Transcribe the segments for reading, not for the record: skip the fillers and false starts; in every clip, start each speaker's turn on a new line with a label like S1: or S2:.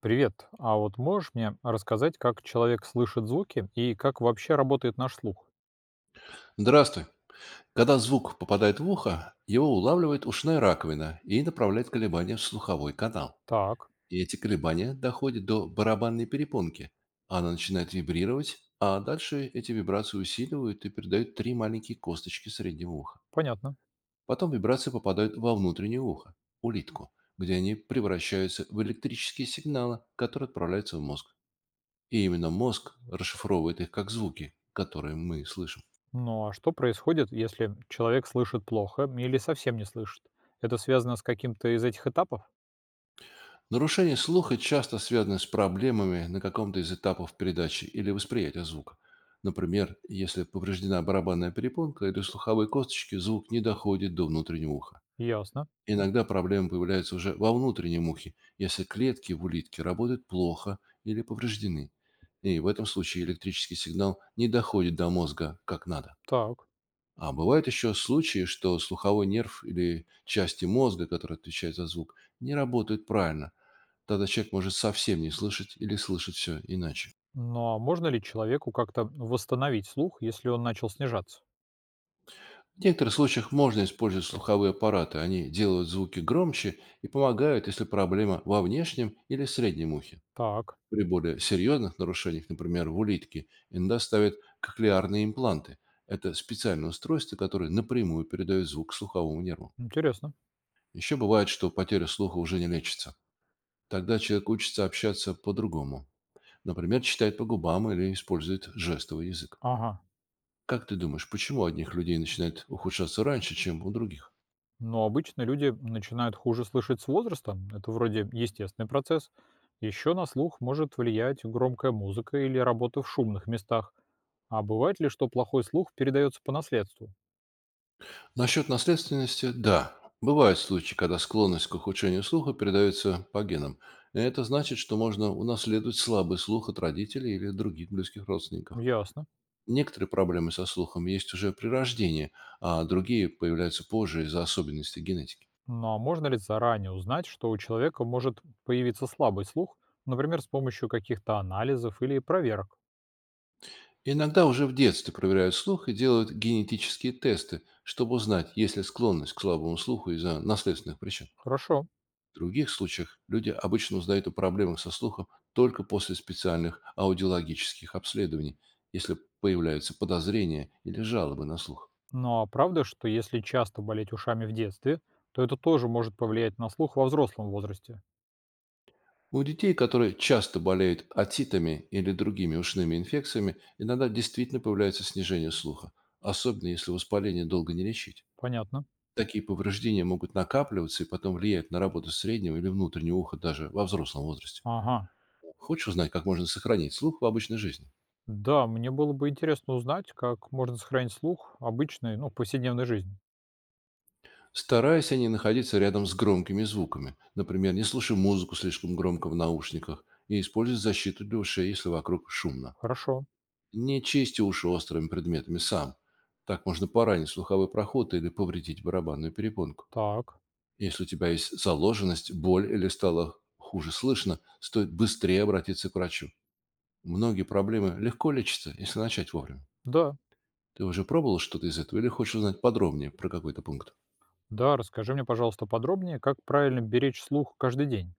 S1: Привет. А вот можешь мне рассказать, как человек слышит звуки и как вообще работает наш слух?
S2: Здравствуй. Когда звук попадает в ухо, его улавливает ушная раковина и направляет колебания в слуховой канал.
S1: Так,
S2: И эти колебания доходят до барабанной перепонки. Она начинает вибрировать, а дальше эти вибрации усиливают и передают 3 маленькие косточки среднего уха.
S1: понятно.
S2: Потом вибрации попадают во внутреннее ухо, улитку, где они превращаются в электрические сигналы, которые отправляются в мозг. И именно мозг расшифровывает их как звуки, которые мы слышим.
S1: Ну а что происходит, если человек слышит плохо или совсем не слышит? Это связано с каким-то из этих этапов?
S2: Нарушение слуха часто связано с проблемами на каком-то из этапов передачи или восприятия звука. Например, если повреждена барабанная перепонка или слуховые косточки, звук не доходит до внутреннего уха.
S1: Ясно.
S2: Иногда проблемы появляются уже во внутреннем ухе, если клетки в улитке работают плохо или повреждены. И в этом случае электрический сигнал не доходит до мозга как надо.
S1: Так.
S2: А бывают еще случаи, что слуховой нерв или части мозга, которые отвечают за звук, не работают правильно. Тогда человек может совсем не слышать или слышать все иначе.
S1: Ну а можно ли человеку как-то восстановить слух, если он начал снижаться?
S2: В некоторых случаях можно использовать слуховые аппараты. Они делают звуки громче и помогают, если проблема во внешнем или среднем ухе.
S1: Так,
S2: При более серьезных нарушениях, например, в улитке, иногда ставят коклеарные импланты. Это специальное устройство, которое напрямую передает звук слуховому нерву.
S1: интересно.
S2: Еще бывает, что потеря слуха уже не лечится. Тогда человек учится общаться по-другому. Например, читает по губам или использует жестовый язык.
S1: Ага.
S2: Как ты думаешь, почему у одних людей начинает ухудшаться раньше, чем у других?
S1: Но обычно люди начинают хуже слышать с возрастом. Это вроде естественный процесс. Еще на слух может влиять громкая музыка или работа в шумных местах. А бывает ли, что плохой слух передается по наследству?
S2: Насчет наследственности– да. Бывают случаи, когда склонность к ухудшению слуха передается по генам. Это значит, что можно унаследовать слабый слух от родителей или других близких родственников.
S1: Ясно.
S2: Некоторые проблемы со слухом есть уже при рождении, а другие появляются позже из-за особенностей генетики.
S1: Но можно ли заранее узнать, что у человека может появиться слабый слух, например, с помощью каких-то анализов или проверок?
S2: Иногда уже в детстве проверяют слух и делают генетические тесты, чтобы узнать, есть ли склонность к слабому слуху из-за наследственных причин.
S1: Хорошо.
S2: В других случаях люди обычно узнают о проблемах со слухом только после специальных аудиологических обследований, если появляются подозрения или жалобы на слух.
S1: Но правда, что если часто болеть ушами в детстве, то это тоже может повлиять на слух во взрослом возрасте?
S2: У детей, которые часто болеют отитами или другими ушными инфекциями, иногда действительно появляется снижение слуха, особенно если воспаление долго не лечить.
S1: Понятно.
S2: Такие повреждения могут накапливаться и потом влиять на работу среднего или внутреннего уха даже во взрослом возрасте.
S1: Ага.
S2: Хочешь узнать, как можно сохранить слух в обычной жизни?
S1: Да, мне было бы интересно узнать, как можно сохранить слух обычной, повседневной жизни.
S2: Старайся не находиться рядом с громкими звуками. Например, не слушай музыку слишком громко в наушниках и используй защиту для ушей, если вокруг шумно.
S1: Хорошо.
S2: Не чисти уши острыми предметами сам. Так можно поранить слуховой проход или повредить барабанную перепонку.
S1: Так.
S2: Если у тебя есть заложенность, боль или стало хуже слышно, стоит быстрее обратиться к врачу. Многие проблемы легко лечатся, если начать вовремя.
S1: Да.
S2: Ты уже пробовал что-то из этого или хочешь узнать подробнее про какой-то пункт?
S1: Да, расскажи мне, пожалуйста, подробнее, как правильно беречь слух каждый день.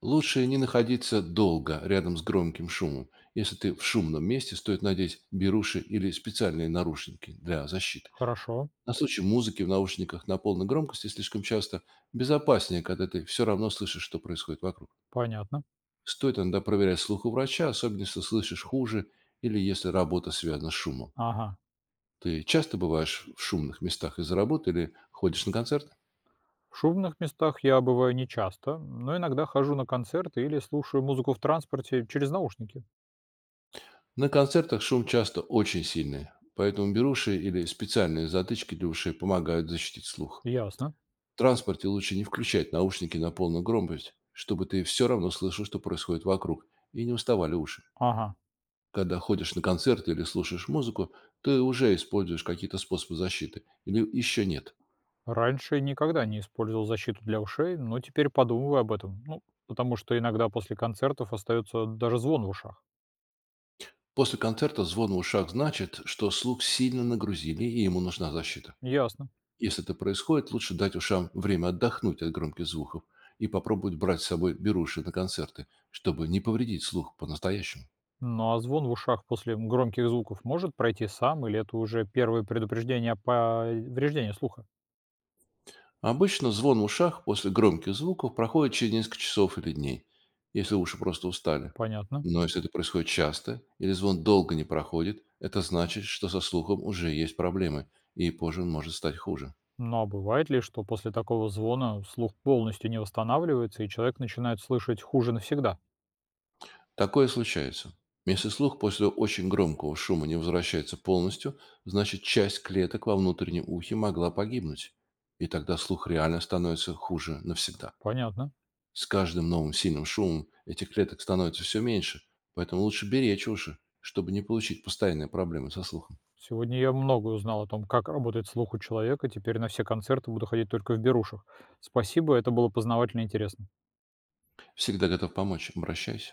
S2: Лучше не находиться долго рядом с громким шумом. Если ты в шумном месте, стоит надеть беруши или специальные нарушники для защиты.
S1: Хорошо.
S2: На случай музыки в наушниках на полной громкости слишком часто безопаснее, когда ты все равно слышишь, что происходит вокруг.
S1: Понятно.
S2: Стоит иногда проверять слух у врача, особенно если слышишь хуже или если работа связана с шумом.
S1: Ага.
S2: Ты часто бываешь в шумных местах из-за работы или ходишь на концерты?
S1: В шумных местах я бываю нечасто, но иногда хожу на концерты или слушаю музыку в транспорте через наушники.
S2: На концертах шум часто очень сильный, поэтому беруши или специальные затычки для ушей помогают защитить слух.
S1: Ясно.
S2: В транспорте лучше не включать наушники на полную громкость, чтобы ты все равно слышал, что происходит вокруг, и не уставали уши.
S1: Ага.
S2: Когда ходишь на концерты или слушаешь музыку, ты уже используешь какие-то способы защиты или еще нет.
S1: Раньше никогда не использовал защиту для ушей, но теперь подумываю об этом. Ну, Потому что иногда после концертов остается даже звон в ушах.
S2: После концерта звон в ушах значит, что слух сильно нагрузили и ему нужна защита.
S1: Ясно.
S2: Если это происходит, лучше дать ушам время отдохнуть от громких звуков и попробовать брать с собой беруши на концерты, чтобы не повредить слух по-настоящему.
S1: Ну, а звон в ушах после громких звуков может пройти сам, или это уже первое предупреждение о повреждении слуха?
S2: Обычно звон в ушах после громких звуков проходит через несколько часов или дней, если уши просто устали.
S1: Понятно.
S2: Но если это происходит часто или звон долго не проходит, это значит, что со слухом уже есть проблемы, и позже он может стать хуже.
S1: А бывает ли, что после такого звона слух полностью не восстанавливается, и человек начинает слышать хуже навсегда?
S2: Такое случается. Если слух после очень громкого шума не возвращается полностью, значит часть клеток во внутреннем ухе могла погибнуть. И тогда слух реально становится хуже навсегда.
S1: Понятно.
S2: С каждым новым сильным шумом этих клеток становится все меньше, поэтому лучше беречь уши, чтобы не получить постоянные проблемы со слухом.
S1: Сегодня я многое узнал о том, как работает слух у человека. Теперь на все концерты буду ходить только в берушах. Спасибо, это было познавательно и интересно.
S2: Всегда готов помочь. Обращайся.